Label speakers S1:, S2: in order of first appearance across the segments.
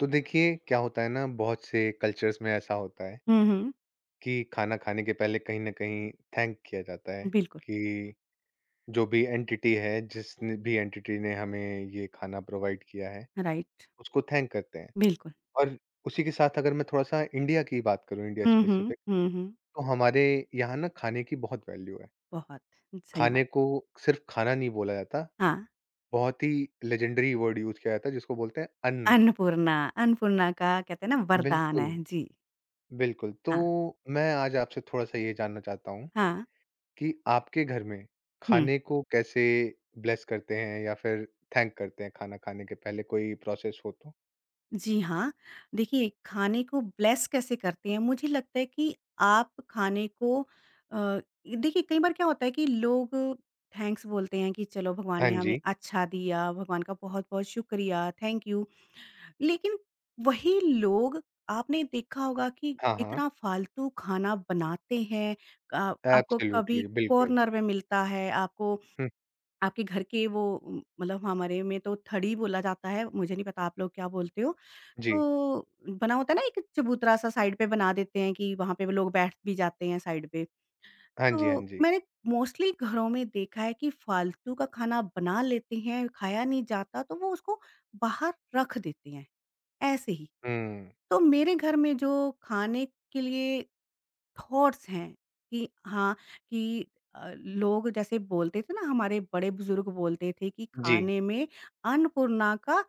S1: तो देखिए, क्या होता है ना, बहुत से कल्चर्स में ऐसा होता है
S2: हुँ, हुँ।
S1: कि खाना खाने के पहले कहीं ना कहीं थैंक किया जाता है।
S2: बिल्कुल,
S1: कि जो भी एंटिटी है, जिस भी एंटिटी ने हमें ये खाना प्रोवाइड किया है,
S2: राइट,
S1: उसको थैंक करते हैं।
S2: बिल्कुल।
S1: और उसी के साथ अगर मैं थोड़ा सा इंडिया की बात करूं, इंडिया
S2: हुँ, हुँ,
S1: स्पेसिफिक,
S2: हुँ, हुँ।
S1: तो हमारे यहाँ ना खाने की बहुत वैल्यू है।
S2: बहुत सही
S1: खाने
S2: बात।
S1: को सिर्फ खाना नहीं बोला जाता,
S2: हाँ,
S1: बहुत ही लेजेंडरी वर्ड यूज किया जाता है जिसको बोलते हैं अन्न।
S2: अन्नपूर्णा, अन्नपूर्णा का कहते हैं ना वरदान
S1: बिल्कुल,
S2: है। जी,
S1: बिल्कुल। तो
S2: हाँ,
S1: मैं आज आपसे थोड़ा सा ये जानना चाहता हूँ
S2: हाँ।
S1: कि आपके घर में
S2: हुँ,
S1: खाने को कैसे ब्लेस करते हैं या फिर थैंक करते हैं? खाना खाने के पहले कोई प्रोसेस हो तो?
S2: जी हाँ। देखिए, खाने को ब्लेस कैसे करते हैं? मुझे लगता है कि आप खाने को अ, देखिए कई बार क्या होता है कि लोग थैंक्स बोलते हैं कि चलो भगवान
S1: हाँ
S2: ने हमें
S1: जी।
S2: अच्छा दिया, भगवान का बहुत-बहुत शुक्रिया, थैंक यू। लेकिन वही लोग आपने देखा होगा कि
S1: हाँ, हाँ।
S2: इतना फालतू खाना बनाते हैं। आपको कभी
S1: एब्सोल्युटली, बिल्कुल।
S2: कॉर्नर में मिलता है आपको
S1: हुँ,
S2: आपके घर के वो मतलब हमारे में तो थड़ी बोला जाता है, मुझे नहीं पता आप लोग क्या बोलते हो।
S1: जी।
S2: तो बना होता है ना, एक चबूतरा सा साइड पे बना देते हैं कि वहां पे वो लोग बैठ भी जाते हैं साइड पे।
S1: हाँ जी, हाँ
S2: तो
S1: जी।
S2: मैंने मोस्टली घरों में देखा है कि फालतू का खाना बना लेते हैं, खाया नहीं जाता तो वो उसको बाहर रख देते हैं ऐसे ही।
S1: हुँ,
S2: तो मेरे घर में जो खाने के लिए थॉट्स हैं कि हाँ, कि लोग जैसे बोलते थे ना, हमारे बड़े बुजुर्ग बोलते थे कि
S1: जी।
S2: खाने में अन्नपूर्णा का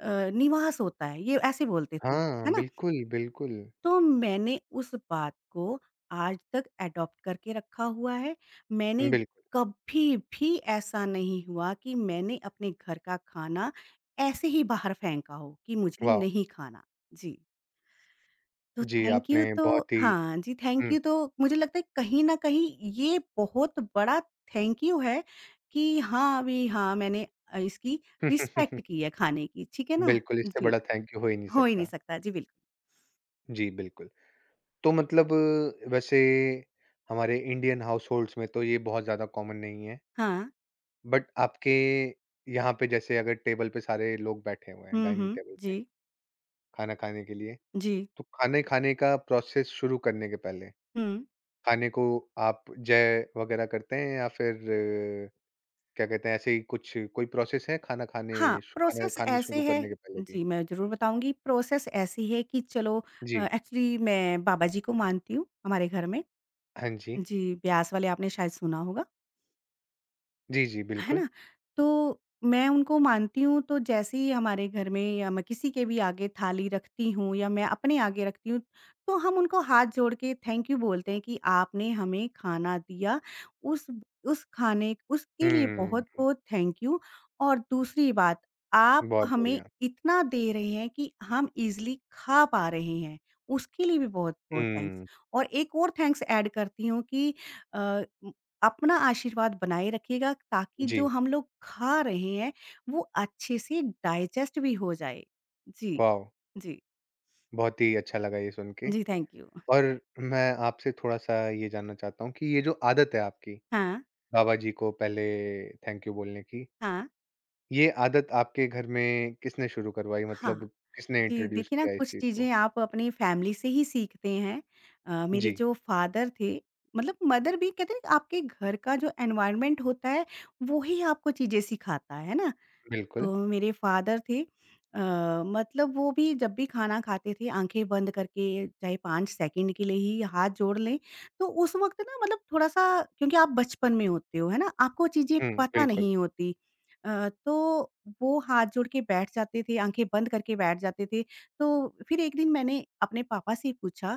S2: निवास होता है, ये ऐसे बोलते थे, है
S1: हाँ,
S2: ना?
S1: बिल्कुल, बिल्कुल।
S2: तो मैंने उस बात को आज तक एडॉप्ट करके रखा हुआ है। मैंने
S1: बिल्कुल,
S2: कभी भी ऐसा नहीं हुआ कि मैंने अपने घर का खाना ऐसे ही बाहर फेंका हो कि मुझे
S1: वाह!
S2: नहीं खाना। जी। तो
S1: जी,
S2: थैंक यू
S1: आपने
S2: तो
S1: बहुत ही
S2: हाँ जी, थैंक
S1: हुँ।
S2: यू तो मुझे लगता है कहीं न कहीं ये बहुत बड़ा थैंक यू है कि हाँ, अभी हाँ, मैंने इसकी रिस्पेक्ट की है खाने की, ठीक है ना?
S1: बिल्कुल, इससे
S2: जी,
S1: बड़ा थैंक यू हो ही नहीं
S2: हो ही नहीं
S1: सकता।
S2: सकता। जी, बिल्कुल।
S1: जी, बिल्कुल। तो मतलब, वैसे हमारे इंडियन हाउसहोल्ड्स में तो ये बहुत ज़्यादा कॉमन नहीं है।
S2: हाँ।
S1: बट आपके यहाँ पे, जैसे अगर टेबल पे सारे लोग बैठे हुए हैं,
S2: हुँ,
S1: डाइनिंग
S2: हुँ।
S1: टेबल पे
S2: जी,
S1: खाना खाने के लिए,
S2: जी।
S1: तो खाने खाने का प्रोसेस शुरू करने के पहले
S2: हुँ।
S1: खाने को आप जय वगैरह करते हैं या फिर अ, क्या कहते हैं? ऐसे ही कुछ कोई प्रोसेस है खाना खाने
S2: हाँ,
S1: खाना
S2: प्रोसेस
S1: खाने शुरू
S2: ऐसे है।
S1: करने के पहले की?
S2: जी, मैं ज़रूर बताऊँगी। प्रोसेस ऐसी है कि चलो
S1: जी।
S2: एक्चुअली मैं बाबा जी को मानती हूँ हमारे घर में।
S1: हाँ जी।
S2: जी, ब्यास वाले आपने शायद सुना होगा।
S1: जी, जी,
S2: है
S1: बिल्कुल।
S2: ना? तो मैं उनको मानती हूँ, तो जैसे ही हमारे घर में या मैं किसी के भी आगे थाली रखती हूँ या मैं अपने आगे रखती हूँ, तो हम उनको हाथ जोड़ के थैंक यू बोलते हैं कि आपने हमें खाना दिया, उस उस खाने उसके लिए
S1: हुँ,
S2: बहुत-बहुत थैंक यू। और दूसरी बात, आप
S1: बहुत
S2: हमें
S1: बढ़िया।
S2: इतना दे रहे हैं कि हम ईज़िली खा पा रहे हैं, उसके लिए भी बहुत-बहुत थैंक्स।
S1: हुँ,
S2: और एक और थैंक्स ऐड करती हूँ कि अ अपना आशीर्वाद बनाए रखिएगा ताकि जो
S1: जी।
S2: हम लोग खा रहे हैं वो अच्छे से डाइजेस्ट भी हो जाए। जी,
S1: वॉव!
S2: जी,
S1: बहुत ही अच्छा लगा ये सुन के।
S2: जी थैंक यू।
S1: और मैं आपसे थोड़ा-सा ये जानना चाहता हूँ कि ये जो आदत है आपकी,
S2: हाँ,
S1: बाबा जी को पहले थैंक यू बोलने की,
S2: हाँ,
S1: ये आदत आपके घर में किसने शुरू करवाई? मतलब
S2: हाँ।
S1: किसने
S2: जी,
S1: इंट्रोड्यूस
S2: देखिए ना,
S1: किया इस
S2: कुछ
S1: चीज़ को?
S2: चीज़ें आप अपनी फैमिली से ही सीखते हैं। मेरे
S1: जी,
S2: जो फादर थे, मतलब मदर भी कहते हैं ना, आपके घर का जो एनवायरनमेंट होता है वो ही आपको चीज़ें सिखाता है ना?
S1: बिल्कुल।
S2: तो मेरे फ़ादर थे अ, मतलब वो भी जब भी खाना खाते थे आँखें बंद करके चाहे 5 सेकंड के लिए ही हाथ जोड़ लें, तो उस वक़्त ना मतलब थोड़ा-सा क्योंकि आप बचपन में होते हो, है ना? आपको चीज़ें
S1: हुँ,
S2: पता
S1: बिल्कुल।
S2: नहीं होती। तो वो हाथ जोड़ के बैठ जाते थे, आँखें बंद करके बैठ जाते थे। तो फिर एक दिन मैंने अपने पापा से पूछा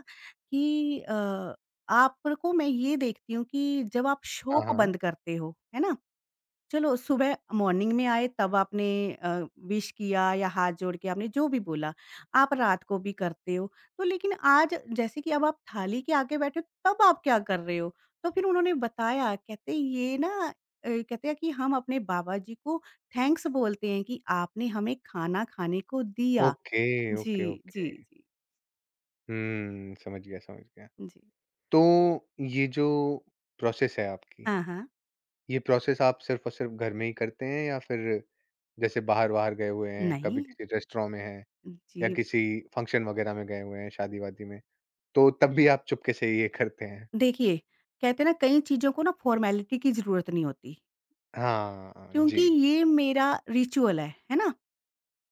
S2: कि आपको मैं ये देखती हूँ कि जब आप
S1: हाँ,
S2: शॉप
S1: हाँ।
S2: बंद करते हो, है ना? चलो सुबह मॉर्निंग में आए तब आपने अ, विश किया या हाथ जोड़ के आपने जो भी बोला, आप रात को भी करते हो। तो लेकिन आज जैसे कि अब आप थाली के आगे बैठे हो तब आप क्या कर रहे हो? तो फिर उन्होंने बताया, कहते ये ना कहते हैं कि हम अपने बाबा जी को थैंक्स बोलते हैं कि आपने हमें खाना खाने को दिया।
S1: ओके, ओके,
S2: जी, जी,
S1: ओके।
S2: जी,
S1: हुँ, समझ गया, समझ गया।
S2: जी।
S1: तो ये जो प्रोसेस है आपकी,
S2: हाँ, हाँ।
S1: ये प्रोसेस आप सिर्फ़ और सिर्फ़ घर में ही करते हैं या फिर, जैसे बाहर-वाहर गए हुए हैं,
S2: नहीं,
S1: कभी किसी रेस्टोरेंट में हैं या
S2: जी
S1: किसी फंक्शन वगैरह में गए हुए हैं, शादी-वादी में, तो तब भी आप चुपके से ये करते हैं?
S2: देखिए, कहते हैं ना कई चीज़ों को ना फॉर्मेलिटी की ज़रूरत नहीं होती।
S1: हाँ,
S2: क्योंकि
S1: जी।
S2: ये मेरा रिचुअल है ना?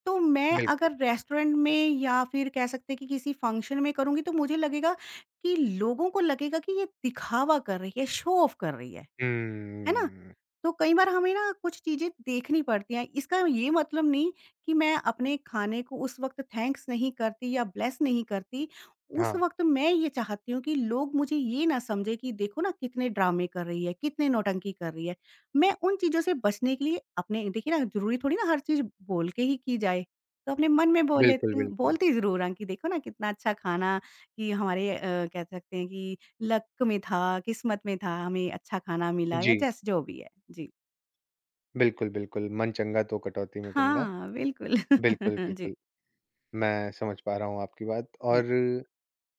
S2: तो मैं
S1: बिल्कुल।
S2: अगर रेस्टोरेंट में या फिर कह सकते हैं कि किसी फंक्शन में करूँगी तो मुझे लगेगा कि लोगों को लगेगा कि ये दिखावा कर रही है, शो ऑफ कर रही है। है ना?
S1: हुँ,
S2: तो कई बार हमें ना कुछ चीज़ें देखनी पड़ती हैं। इसका ये मतलब नहीं कि मैं अपने खाने को उस वक़्त थैंक्स नहीं करती या ब्लेस नहीं करती। उस
S1: हाँ।
S2: वक़्त मैं ये चाहती हूँ कि लोग मुझे ये ना समझें कि देखो ना कितने ड्रामे कर रही है, कितने नौटंकी कर रही है। मैं उन चीज़ों से बचने के लिए अपने, देखिए ना, ज़रूरी थोड़ी ना हर चीज़ बोल के ही की जाए। तो अपने मन में बोल
S1: बिल्कुल,
S2: लेती हूँ,
S1: बिल्कुल।
S2: बोलती ज़रूर हूँ कि देखो ना कितना अच्छा खाना, कि हमारे कह सकते हैं कि लक में था, किस्मत में था, हमें अच्छा खाना मिला, या
S1: जी।
S2: जैस जो भी है। जी।
S1: बिल्कुल, बिल्कुल। मन चंगा तो कटौती में कंगा।
S2: हाँ, बिल्कुल।
S1: बिल्कुल,
S2: जी,
S1: बिल्कुल। मैं समझ पा रहा हूँ आपकी बात।
S2: जी।
S1: और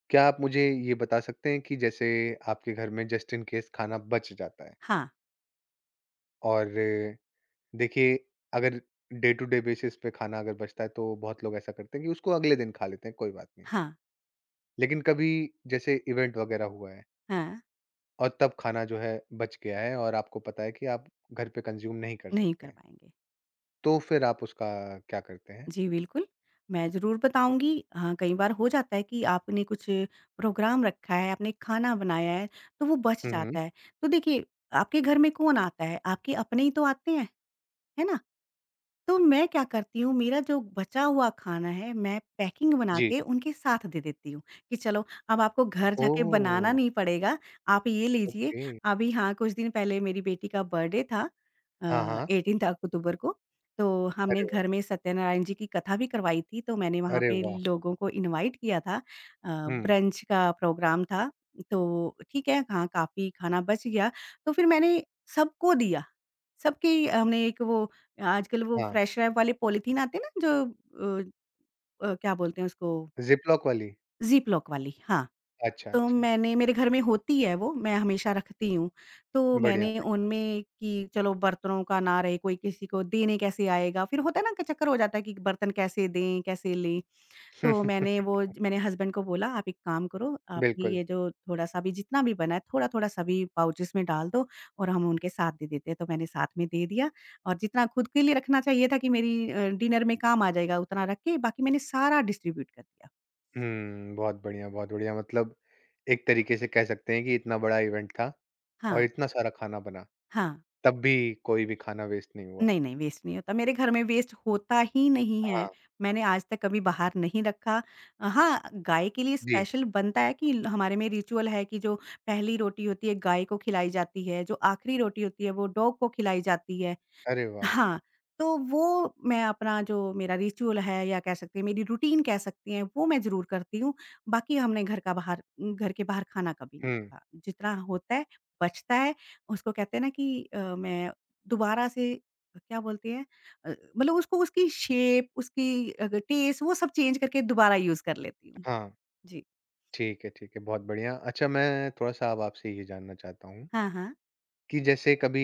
S1: क्या आप मुझे ये बता सकते हैं कि जैसे आपके घर में जस्ट इन केस खाना बच जाता है,
S2: हाँ,
S1: और देखिए, अगर डे टू डे बेसिस पे खाना अगर बचता है तो बहुत लोग ऐसा करते हैं कि उसको अगले दिन खा लेते हैं, कोई बात नहीं।
S2: हाँ,
S1: लेकिन कभी जैसे इवेंट वगैरह हुआ है
S2: हाँ।
S1: और तब खाना जो है बच गया है और आपको पता है कि आप घर पे कंज़्यूम नहीं कर
S2: नहीं
S1: सकते
S2: कर
S1: हैं,
S2: पाएँगे।
S1: तो फिर आप उसका क्या करते हैं?
S2: जी, बिल्कुल, मैं ज़रूर बताऊँगी। हाँ, कई बार हो जाता है कि आपने कुछ प्रोग्राम रखा है, आपने खाना बनाया है, तो वो बच
S1: हुँ, हुँ।
S2: जाता है। तो देखिए, आपके घर में कौन आता है? आपके अपने ही तो आते हैं, है ना? तो मैं क्या करती हूँ, मेरा जो बचा हुआ खाना है मैं पैकिंग बना
S1: जी।
S2: के उनके साथ दे देती हूँ कि चलो अब आपको घर जाके बनाना
S1: ओह!
S2: नहीं पड़ेगा, आप ये लीजिए।
S1: ओके।
S2: अभी हाँ, कुछ दिन पहले मेरी बेटी का बर्थडे था,
S1: हाँ, हाँ।
S2: एटीन अक्टूबर को। तो हमने
S1: अरे वाह!
S2: घर में सत्यनारायण जी की कथा भी करवाई थी, तो मैंने वहाँ
S1: अरे
S2: पे
S1: वाह!
S2: लोगों को इनवाइट किया था।
S1: हुँ,
S2: ब्रंच का प्रोग्राम था। तो ठीक है हाँ, काफ़ी खाना बच गया। तो फिर मैंने सबको दिया, सबकी हमने एक वो, आजकल वो
S1: हाँ।
S2: फ्रेश रैप वाले पॉलीथीन आते हैं ना, जो क्या बोलते हैं उसको,
S1: ज़िप-लॉक वाली?
S2: ज़िप-लॉक वाली, हाँ।
S1: अच्छा,
S2: तो
S1: अच्छा।
S2: मैंने, मेरे घर में होती है वो, मैं हमेशा रखती हूँ। तो
S1: बढ़िया,
S2: मैंने
S1: बढ़िया।
S2: उनमें, कि चलो बर्तनों का ना रहे, कोई किसी को देने कैसे आएगा? फिर होता है ना, क चक्कर हो जाता है कि बर्तन कैसे दें, कैसे लें? तो मैंने वो, मैंने हस्बैंड को बोला आप एक काम करो, आपकी
S1: बिल्कुल।
S2: ये जो थोड़ा-सा भी जितना भी बना है थोड़ा-थोड़ा सा भी पाउचेज़ में डाल दो, और हम उनके साथ दे देते हैं। तो मैंने साथ में दे दिया, और जितना खुद के लिए रखना चाहिए था कि मेरी डिनर में काम आ जाएगा उतना रख के बाकी मैंने सारा डिस्ट्रीब्यूट कर दिया।
S1: हुँ, बहुत बढ़िया, बहुत बढ़िया। मतलब एक तरीके से कह सकते हैं कि इतना बड़ा इवेंट था और
S2: हाँ,
S1: इतना सारा खाना बना,
S2: हाँ।
S1: तब भी कोई भी खाना वेस्ट नहीं हुआ।
S2: नहीं, नहीं वेस्ट नहीं होता। मेरे घर में वेस्ट होता ही नहीं है।
S1: हाँ,
S2: मैंने आज तक कभी बाहर नहीं रखा। हाँ, गाय के लिए
S1: जी।
S2: स्पेशल बनता है, कि हमारे में रिचुअल है कि जो पहली रोटी होती है गाय को खिलाई जाती है, जो आखिरी रोटी होती है वो डॉग को खिलाई जाती है।
S1: अरे वाह!
S2: हाँ, तो वो मैं, अपना जो मेरा रिचुअल है या कह सकते हैं मेरी रूटीन कह सकती हैं, वो मैं ज़रूर करती हूँ। बाकी हमने घर के बाहर खाना कभी नहीं
S1: हुँ,
S2: रखा। जितना होता है, बचता है, उसको कहते हैं ना कि मैं दोबारा से क्या बोलते हैं अ, मतलब उसको उसकी शेप, उसकी टेस्ट वो सब चेंज करके दोबारा यूज़ कर लेती हूँ।
S1: हाँ।
S2: जी।
S1: ठीक है, ठीक है। बहुत बढ़िया। अच्छा, मैं थोड़ा-सा अब आपसे ये जानना चाहता हूँ
S2: हाँ, हाँ।
S1: कि जैसे कभी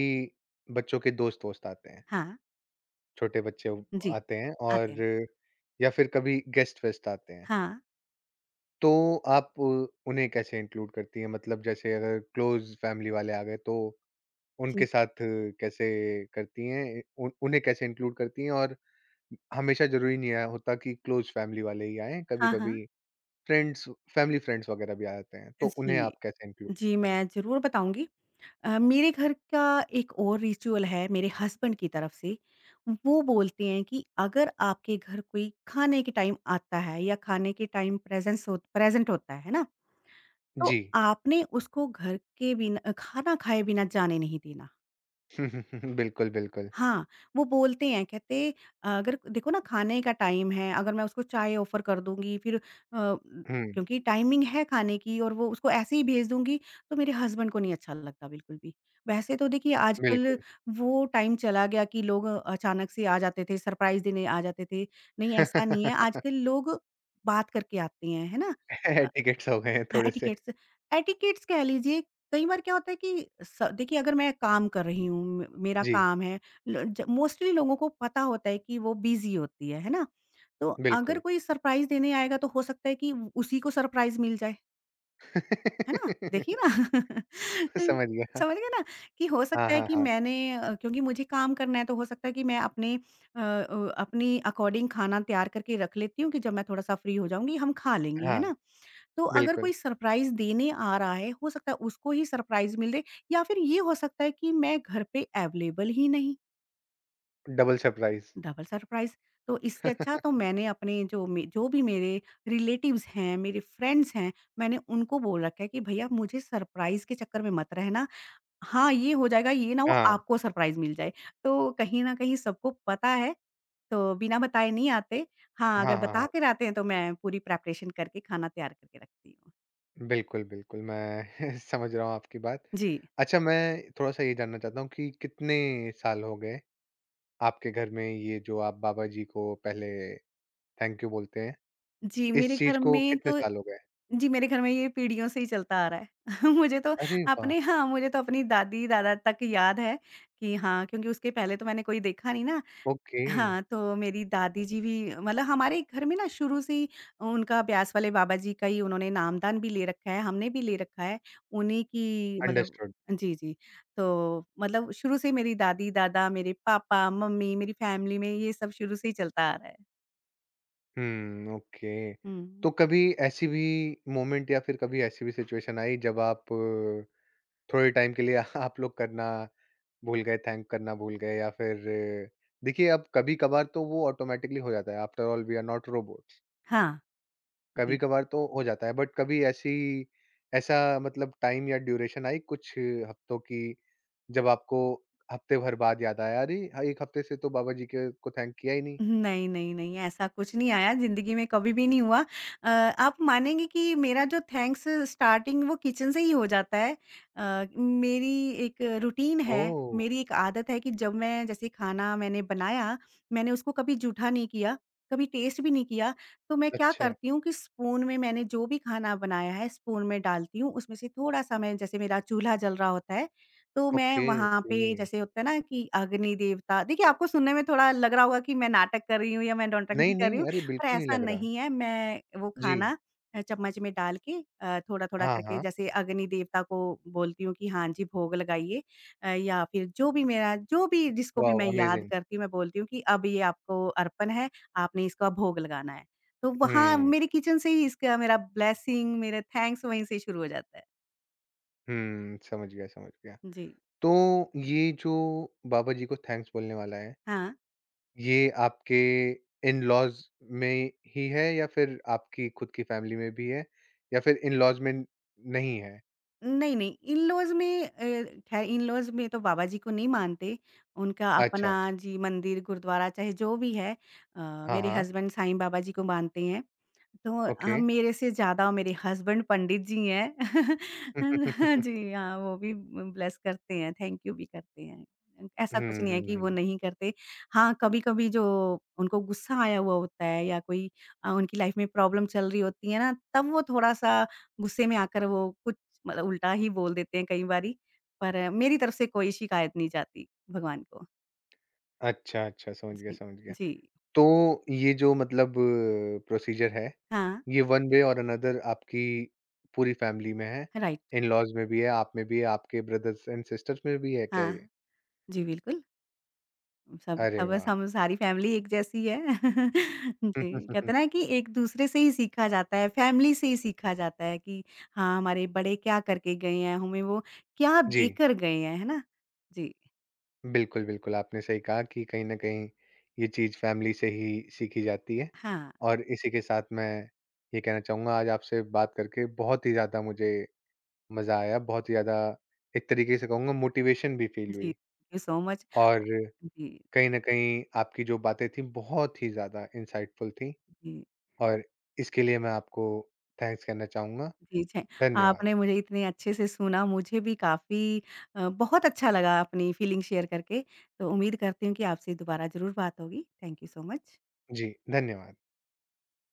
S1: बच्चों के दोस्त-वोस्त आते हैं,
S2: हाँ,
S1: छोटे बच्चे वो
S2: जी।
S1: आते हैं,
S2: आते
S1: और
S2: हैं।
S1: या फिर कभी गेस्ट-वेस्ट आते हैं,
S2: हाँ,
S1: तो आप उन्हें कैसे इंक्लूड करती हैं? मतलब जैसे अगर क्लोज़ फैमिली वाले आ गए तो उनके
S2: जी।
S1: साथ कैसे करती हैं? उन उन्हें कैसे इंक्लूड करती हैं? और हमेशा ज़रूरी नहीं है होता कि क्लोज़ फैमिली वाले ही आएँ,
S2: हाँ, हाँ।
S1: कभी-कभी फ्रेंड्स, फैमिली फ्रेंड्स वगैरह भी आ जाते हैं, तो उन्हें
S2: जी।
S1: आप कैसे इंक्लूड
S2: जी,
S1: करते हैं?
S2: मैं ज़रूर बताऊँगी। मेरे घर का एक और रिचुअल है मेरे हस्बैंड की तरफ से। वो बोलते हैं कि अगर आपके घर कोई खाने के टाइम आता है या खाने के टाइम प्रेज़ेंस हो प्रेज़ेंट होता है ना?
S1: जी।
S2: तो आपने उसको घर के बिना खाना खाए बिना जाने नहीं देना।
S1: बिल्कुल, बिल्कुल।
S2: हाँ, वो बोलते हैं, कहते अगर देखो ना खाने का टाइम है, अगर मैं उसको चाय ऑफ़र कर दूँगी फिर
S1: हुँ,
S2: क्योंकि टाइमिंग है खाने की और वो उसको ऐसे ही भेज दूँगी, तो मेरे हस्बैंड को नहीं अच्छा लगता बिल्कुल भी। वैसे तो देखिए आजकल
S1: बिल्कुल।
S2: वो टाइम चला गया कि लोग अचानक से आ जाते थे, सरप्राइज़ देने आ जाते थे। नहीं ऐसा नहीं है, आजकल लोग बात करके आते हैं, है ना? अ,
S1: टिकेट्स हो गए हैं
S2: हाँ,
S1: थोड़े-से।
S2: एटिकेट्स एटिकेट्स कह लीजिए। कई बार क्या होता है कि स देखिए, अगर मैं काम कर रही हूँ, मे मेरा
S1: जी,
S2: काम है, ल ज मोस्टली लोगों को पता होता है कि वो बिज़ी होती है ना? तो अगर
S1: बिल्कुल।
S2: कोई सरप्राइज़ देने आएगा तो हो सकता है कि उ- उसी को सरप्राइज़ मिल जाए, है ना? देखिए ना
S1: समझ गया।
S2: समझ गए ना? कि हो
S1: हाँ,
S2: सकता है
S1: हाँ,
S2: कि
S1: हाँ।
S2: मैंने क्योंकि मुझे काम करना है तो हो सकता है कि मैं अपने अपनी अकॉर्डिंग खाना तैयार करके रख लेती हूँ कि जब मैं थोड़ा-सा फ्री हो जाऊँगी हम खा लेंगे, है
S1: हाँ,
S2: ना? तो अगर
S1: बिल्कुल।
S2: कोई सरप्राइज़ देने आ रहा है, हो सकता है उसको ही सरप्राइज़ मिले या फिर ये हो सकता है कि मैं घर पे अवेलेबल ही नहीं।
S1: Double surprise.
S2: Double surprise. तो इससे अच्छा तो मैंने अपने जो भी मेरे रिलेटिव्स हैं, मेरे फ्रेंड्स हैं, मैंने उनको बोल रखा है कि भैया मुझे सरप्राइज़ के चक्कर में मत रहना। हाँ, ये हो जाएगा, ये ना हो
S1: हाँ।
S2: आपको सरप्राइज़ मिल जाए। तो कहीं न कहीं सबको पता है, तो बिना बताए नहीं आते। हाँ,
S1: हाँ,
S2: अगर
S1: हाँ,
S2: बता
S1: हाँ।
S2: के आते हैं तो मैं पूरी प्रिपरेशन करके खाना तैयार करके रखती हूँ।
S1: बिल्कुल, बिल्कुल, मैं समझ रहा हूँ आपकी बात।
S2: जी।
S1: अच्छा, मैं थोड़ा-सा ये जानना चाहता हूँ कि कितने साल हो गए आपके घर में? ये जो आप बाबा जी को पहले थैंक यू बोलते हैं,
S2: जी, मेरे
S1: इस चीज़
S2: घर
S1: को
S2: में
S1: कितने
S2: तो
S1: साल हो गए?
S2: जी, मेरे घर में ये पीढ़ियों से ही चलता आ रहा है। मुझे तो
S1: अरे वाह!
S2: मुझे तो अपनी दादी-दादा तक याद है कि हाँ, क्योंकि उसके पहले तो मैंने कोई देखा नहीं ना।
S1: ओके,
S2: हाँ, तो मेरी दादी जी भी मतलब हमारे घर में ना शुरू से ही उनका ब्यास वाले बाबा जी का ही उन्होंने नामदान भी ले रखा है, हमने भी ले रखा है। उन्हीं की मतलब।
S1: अंडरस्टूड।
S2: जी, जी। तो मतलब शुरू से मेरी दादी-दादा, मेरे पापा, मम्मी, मेरी फैमिली में ये सब शुरू से ही चलता आ रहा है।
S1: हुँ, ओके।
S2: हुँ।
S1: तो कभी ऐसी भी मोमेंट या फिर कभी ऐसी भी सिचुएशन आई जब आप थोड़े टाइम के लिए आप लोग करना भूल गए, थैंक करना भूल गए या फिर अ, देखिए, अब कभी-कभार तो वो ऑटोमैटिकली हो जाता है, after all we are not robots.
S2: हाँ, जी।
S1: कभी-कभार तो हो जाता है, बट कभी ऐसी, ऐसा मतलब टाइम या ड्यूरेशन आई, कुछ हफ्तों की, जब आपको हफ्ते भर बाद याद आया अरे! ह 1 हफ्ते से तो बाबा जी के को थैंक किया ही नहीं?
S2: नहीं, नहीं, नहीं, ऐसा कुछ नहीं आया, ज़िंदगी में कभी भी नहीं हुआ। आप मानेंगे कि मेरा जो थैंक्स स्टार्टिंग वो किचन से ही हो जाता है। मेरी एक रूटीन है,
S1: ओह!
S2: मेरी एक आदत है कि जब मैं जैसे खाना मैंने बनाया, मैंने उसको कभी जूठा नहीं किया, कभी टेस्ट भी नहीं किया, तो मैं क्या
S1: अच्छा।
S2: करती हूँ कि स्पून में मैंने जो भी खाना बनाया है, स्पून में डालती हूँ, उसमें से थोड़ा-सा मैं जैसे मेरा चूल्हा जल रहा होता है तो मैं
S1: ओके,
S2: वहाँ
S1: ओके।
S2: पे जैसे होता है ना कि अग्नि देवता। देखिए आपको सुनने में थोड़ा लग रहा होगा कि मैं नाटक कर रही हूँ या मैं नौटंकी
S1: नहीं,
S2: कर रही हूँ,
S1: नहीं, अरे
S2: पर
S1: बिल्कुल नहीं
S2: ऐसा
S1: लग रहा।
S2: नहीं है। मैं वो
S1: जी।
S2: खाना चम्मच में डाल के थोड़ा-थोड़ा
S1: हाँ,
S2: करके
S1: हाँ।
S2: जैसे अग्नि देवता को बोलती हूँ कि हाँ जी, भोग लगाइए। या फिर जो भी मेरा जो भी जिसको भी मैं
S1: वॉव!
S2: याद
S1: अमेज़िंग।
S2: करती हूँ, मैं बोलती हूँ कि अब ये आपको अर्पण है, आपने इसका भोग लगाना है। तो वहाँ
S1: हुँ,
S2: मेरे किचन से ही इसका मेरा ब्लेसिंग, मेरा थैंक्स वहीं से शुरू हो जाता है।
S1: हुँ, समझ गया, समझ गया।
S2: जी।
S1: तो ये जो बाबा जी को थैंक्स बोलने वाला है,
S2: हाँ।
S1: ये आपके इन-लॉज़ में ही है या फिर आपकी खुद की फैमिली में भी है या फिर इन-लॉज़ में नहीं है?
S2: नहीं, नहीं, इन-लॉज़ में ख़ैर इन-लॉज़ में तो बाबा जी को नहीं मानते, उनका
S1: अच्छा,
S2: अपना
S1: अच्छा।
S2: जी मंदिर, गुरुद्वारा चाहे जो भी है।
S1: हाँ,
S2: मेरे
S1: हाँ।
S2: हस्बैंड साईं बाबा जी को मानते हैं। तो
S1: ओके।
S2: मेरे से ज़्यादा मेरे हस्बैंड पंडित जी हैं। जी, हाँ, वो भी ब्लेस करते हैं, थैंक यू भी करते हैं। ऐसा कुछ
S1: हुँ,
S2: नहीं है
S1: हुँ,
S2: कि वो
S1: हुँ।
S2: नहीं करते। हाँ, कभी-कभी जो उनको गुस्सा आया हुआ होता है या कोई उनकी लाइफ़ में प्रॉब्लम चल रही होती है ना, तब वो थोड़ा-सा गुस्से में आकर वो कुछ मतलब उल्टा ही बोल देते हैं कई बारी। पर मेरी तरफ से कोई शिकायत नहीं जाती भगवान को।
S1: अच्छा, अच्छा, समझ गया,
S2: जी,
S1: समझ गया।
S2: जी।
S1: तो ये जो मतलब प्रोसीजर है,
S2: हाँ,
S1: ये वन वे और अनदर आपकी पूरी फैमिली में है?
S2: राइट।
S1: इन-लॉज़ में भी है, आप में भी है, आपके ब्रदर्स एंड सिस्टर्स में भी है क्या ये?
S2: हाँ, जी, बिल्कुल। सब
S1: अरे
S2: सब बस
S1: वाह!
S2: हम सारी फैमिली एक जैसी है। जी, कहते हैं ना कि एक-दूसरे से ही सीखा जाता है, फैमिली से ही सीखा जाता है कि हाँ, हमारे बड़े क्या करके गए हैं, हमें वो क्या
S1: जी,
S2: देकर गए हैं, है ना? जी,
S1: बिल्कुल, बिल्कुल, आपने सही कहा कि कहीं न कहीं ये चीज़ फैमिली से ही सीखी जाती है।
S2: हाँ,
S1: और इसी के साथ मैं ये कहना चाहूँगा, आज आपसे बात करके बहुत ही ज़्यादा मुझे मज़ा आया, बहुत ही ज़्यादा, एक तरीके से कहूँगा मोटिवेशन भी
S2: जी,
S1: फ़ील हुई।
S2: Thank you so much. अ,
S1: और
S2: जी,
S1: कहीं न कहीं आपकी जो बातें थी बहुत ही ज़्यादा इंसाइटफुल थी
S2: जी,
S1: और इसके लिए मैं आपको थैंक्स कहना चाहूँगा।
S2: जी, थैं
S1: धन्यवाद।
S2: आपने मुझे इतने अच्छे से सुना, मुझे भी काफ़ी बहुत अच्छा लगा अपनी फीलिंग शेयर करके, तो उम्मीद करती हूँ कि आपसे दोबारा ज़रूर बात होगी। Thank you so much.
S1: जी, धन्यवाद।